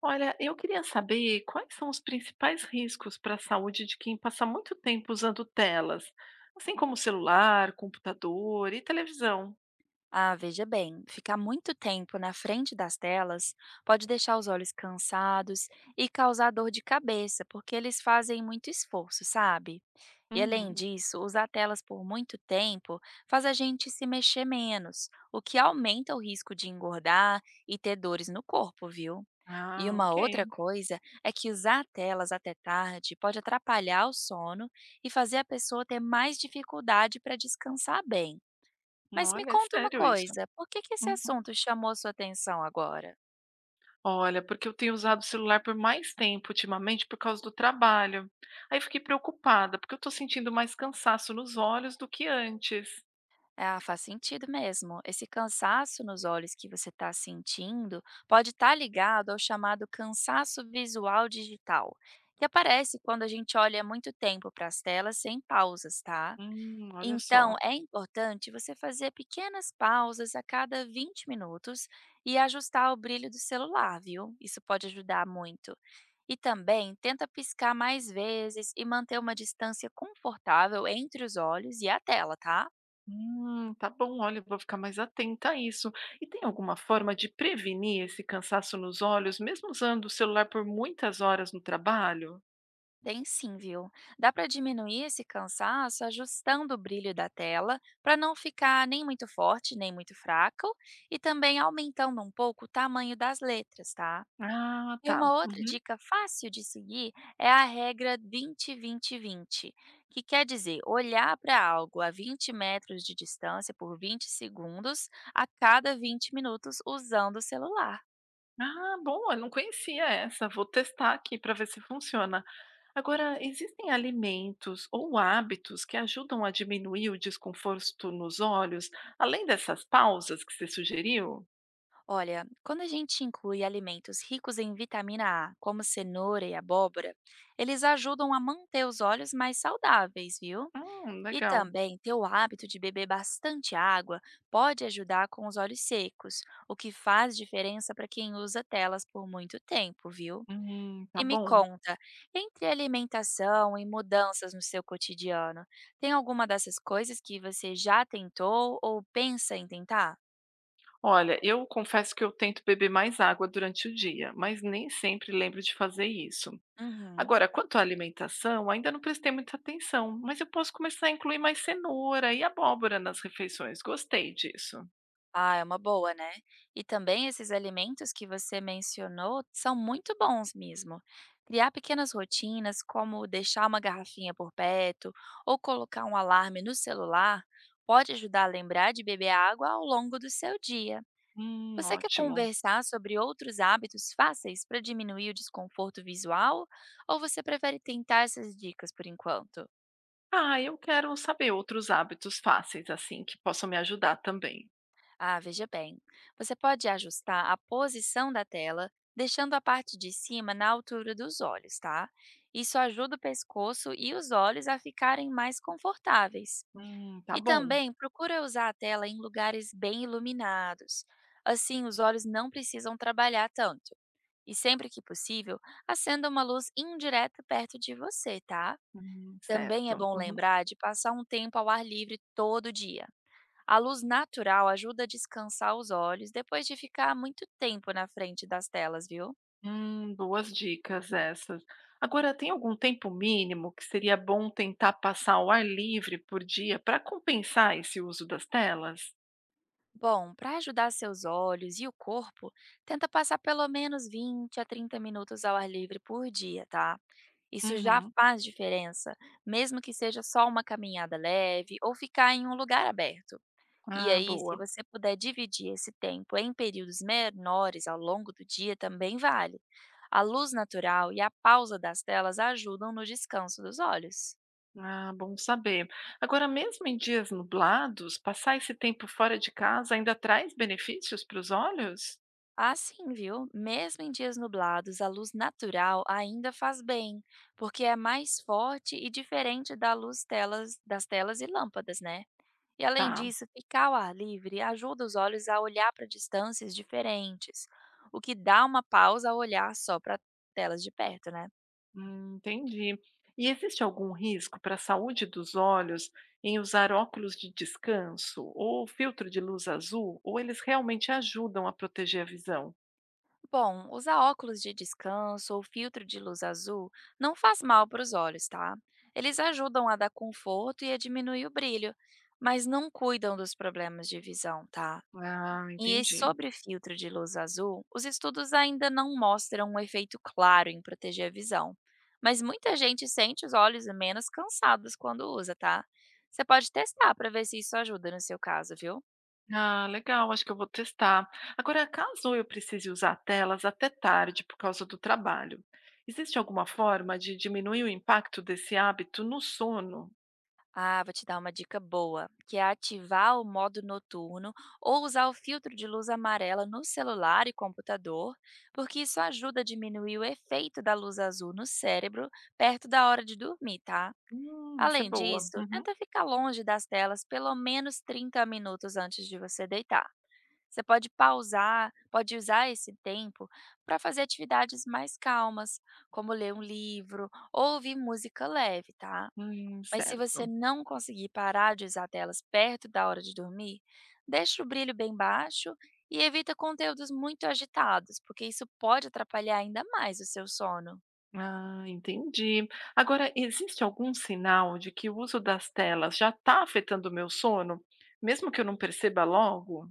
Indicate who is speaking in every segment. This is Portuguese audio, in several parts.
Speaker 1: Olha, eu queria saber quais são os principais riscos para a saúde de quem passa muito tempo usando telas, assim como celular, computador e televisão.
Speaker 2: Ah, veja bem, ficar muito tempo na frente das telas pode deixar os olhos cansados e causar dor de cabeça, porque eles fazem muito esforço, sabe? E além
Speaker 1: Uhum.
Speaker 2: disso, usar telas por muito tempo faz a gente se mexer menos, o que aumenta o risco de engordar e ter dores no corpo, viu? E
Speaker 1: Ah,
Speaker 2: uma
Speaker 1: ok.
Speaker 2: outra coisa é que usar telas até tarde pode atrapalhar o sono e fazer a pessoa ter mais dificuldade para descansar bem. Mas me
Speaker 1: Olha, é
Speaker 2: conta uma
Speaker 1: sério isso.
Speaker 2: coisa, por que que esse
Speaker 1: Uhum.
Speaker 2: assunto chamou sua atenção agora?
Speaker 1: Olha, porque eu tenho usado o celular por mais tempo ultimamente por causa do trabalho. Aí eu fiquei preocupada, porque eu estou sentindo mais cansaço nos olhos do que antes.
Speaker 2: Ah, faz sentido mesmo. Esse cansaço nos olhos que você está sentindo pode estar ligado ao chamado cansaço visual digital, que aparece quando a gente olha muito tempo para as telas sem pausas, tá?
Speaker 1: Olha
Speaker 2: Então,
Speaker 1: só.
Speaker 2: é importante você fazer pequenas pausas a cada 20 minutos e ajustar o brilho do celular, viu? Isso pode ajudar muito. E também tenta piscar mais vezes e manter uma distância confortável entre os olhos e a tela, tá?
Speaker 1: Tá bom, olha, eu vou ficar mais atenta a isso. E tem alguma forma de prevenir esse cansaço nos olhos, mesmo usando o celular por muitas horas no trabalho?
Speaker 2: Tem sim, viu? Dá para diminuir esse cansaço ajustando o brilho da tela para não ficar nem muito forte, nem muito fraco, e também aumentando um pouco o tamanho das letras, tá?
Speaker 1: Ah,
Speaker 2: E
Speaker 1: tá.
Speaker 2: uma outra
Speaker 1: Uhum.
Speaker 2: dica fácil de seguir é a regra 20-20-20, que quer dizer olhar para algo a 20 metros de distância por 20 segundos a cada 20 minutos usando o celular.
Speaker 1: Ah, bom, eu não conhecia essa. Vou testar aqui para ver se funciona. Agora, existem alimentos ou hábitos que ajudam a diminuir o desconforto nos olhos, além dessas pausas que você sugeriu?
Speaker 2: Olha, quando a gente inclui alimentos ricos em vitamina A, como cenoura e abóbora, eles ajudam a manter os olhos mais saudáveis, viu? E
Speaker 1: Legal.
Speaker 2: também ter o hábito de beber bastante água pode ajudar com os olhos secos, o que faz diferença para quem usa telas por muito tempo, viu?
Speaker 1: Tá
Speaker 2: E me
Speaker 1: bom.
Speaker 2: conta, entre alimentação e mudanças no seu cotidiano, tem alguma dessas coisas que você já tentou ou pensa em tentar?
Speaker 1: Olha, eu confesso que eu tento beber mais água durante o dia, mas nem sempre lembro de fazer isso.
Speaker 2: Uhum.
Speaker 1: Agora, quanto à alimentação, ainda não prestei muita atenção, mas eu posso começar a incluir mais cenoura e abóbora nas refeições. Gostei disso.
Speaker 2: Ah, é uma boa, né? E também esses alimentos que você mencionou são muito bons mesmo. Criar pequenas rotinas, como deixar uma garrafinha por perto ou colocar um alarme no celular, pode ajudar a lembrar de beber água ao longo do seu dia. Você quer
Speaker 1: Ótimo.
Speaker 2: conversar sobre outros hábitos fáceis para diminuir o desconforto visual ou você prefere tentar essas dicas por enquanto?
Speaker 1: Ah, eu quero saber outros hábitos fáceis, assim, que possam me ajudar também.
Speaker 2: Ah, veja bem. Você pode ajustar a posição da tela, deixando a parte de cima na altura dos olhos, tá? Isso ajuda o pescoço e os olhos a ficarem mais confortáveis.
Speaker 1: Tá
Speaker 2: E
Speaker 1: bom.
Speaker 2: também procura usar a tela em lugares bem iluminados. Assim, os olhos não precisam trabalhar tanto. E sempre que possível, acenda uma luz indireta perto de você, tá? Também é
Speaker 1: Certo.
Speaker 2: bom
Speaker 1: Uhum.
Speaker 2: lembrar de passar um tempo ao ar livre todo dia a luz natural ajuda a descansar os olhos depois de ficar muito tempo na frente das telas, viu?
Speaker 1: Boas dicas essas. Agora, tem algum tempo mínimo que seria bom tentar passar ao ar livre por dia para compensar esse uso das telas?
Speaker 2: Bom, para ajudar seus olhos e o corpo, tenta passar pelo menos 20 a 30 minutos ao ar livre por dia, tá? Isso já
Speaker 1: Uhum.
Speaker 2: faz diferença, mesmo que seja só uma caminhada leve ou ficar em um lugar aberto. E
Speaker 1: Ah,
Speaker 2: aí, se
Speaker 1: boa.
Speaker 2: você puder dividir esse tempo em períodos menores ao longo do dia, também vale. A luz natural e a pausa das telas ajudam no descanso dos olhos.
Speaker 1: Ah, bom saber. Agora, mesmo em dias nublados, passar esse tempo fora de casa ainda traz benefícios para os olhos?
Speaker 2: Assim, viu? Mesmo em dias nublados, a luz natural ainda faz bem, porque é mais forte e diferente da luz das telas e lâmpadas, né? E além
Speaker 1: Tá.
Speaker 2: disso, ficar ao ar livre ajuda os olhos a olhar para distâncias diferentes, o que dá uma pausa ao olhar só para telas de perto, né?
Speaker 1: Entendi. E existe algum risco para a saúde dos olhos em usar óculos de descanso ou filtro de luz azul, ou eles realmente ajudam a proteger a visão?
Speaker 2: Bom, usar óculos de descanso ou filtro de luz azul não faz mal para os olhos, tá? Eles ajudam a dar conforto e a diminuir o brilho, mas não cuidam dos problemas de visão, tá?
Speaker 1: Ah, entendi.
Speaker 2: Sobre filtro de luz azul, os estudos ainda não mostram um efeito claro em proteger a visão, mas muita gente sente os olhos menos cansados quando usa, tá? Você pode testar para ver se isso ajuda no seu caso, viu?
Speaker 1: Ah, legal, acho que eu vou testar. Agora, caso eu precise usar telas até tarde por causa do trabalho, existe alguma forma de diminuir o impacto desse hábito no sono?
Speaker 2: Ah, vou te dar uma dica boa, que é ativar o modo noturno ou usar o filtro de luz amarela no celular e computador, porque isso ajuda a diminuir o efeito da luz azul no cérebro perto da hora de dormir, tá?
Speaker 1: Essa é
Speaker 2: Além
Speaker 1: boa.
Speaker 2: disso,
Speaker 1: Uhum.
Speaker 2: tenta ficar longe das telas pelo menos 30 minutos antes de você deitar. Você pode pausar, pode usar esse tempo para fazer atividades mais calmas, como ler um livro ou ouvir música leve, tá? Mas se você
Speaker 1: Certo.
Speaker 2: não conseguir parar de usar telas perto da hora de dormir, deixa o brilho bem baixo e evita conteúdos muito agitados, porque isso pode atrapalhar ainda mais o seu sono.
Speaker 1: Ah, entendi. Agora, existe algum sinal de que o uso das telas já está afetando o meu sono, mesmo que eu não perceba logo?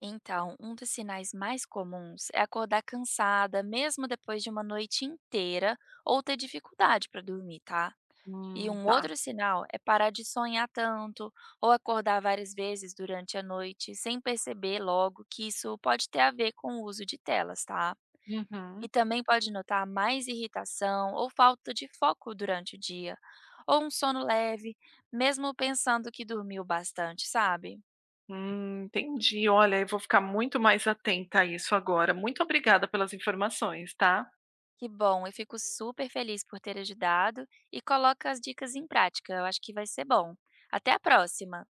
Speaker 2: Então, um dos sinais mais comuns é acordar cansada, mesmo depois de uma noite inteira, ou ter dificuldade para dormir, tá? E um
Speaker 1: Tá.
Speaker 2: outro sinal é parar de sonhar tanto ou acordar várias vezes durante a noite sem perceber logo que isso pode ter a ver com o uso de telas, tá? E
Speaker 1: Uhum.
Speaker 2: também pode notar mais irritação ou falta de foco durante o dia, ou um sono leve, mesmo pensando que dormiu bastante, sabe?
Speaker 1: Entendi. Olha, eu vou ficar muito mais atenta a isso agora. Muito obrigada pelas informações, tá?
Speaker 2: Que bom, eu fico super feliz por ter ajudado e coloca as dicas em prática. Eu acho que vai ser bom. Até a próxima!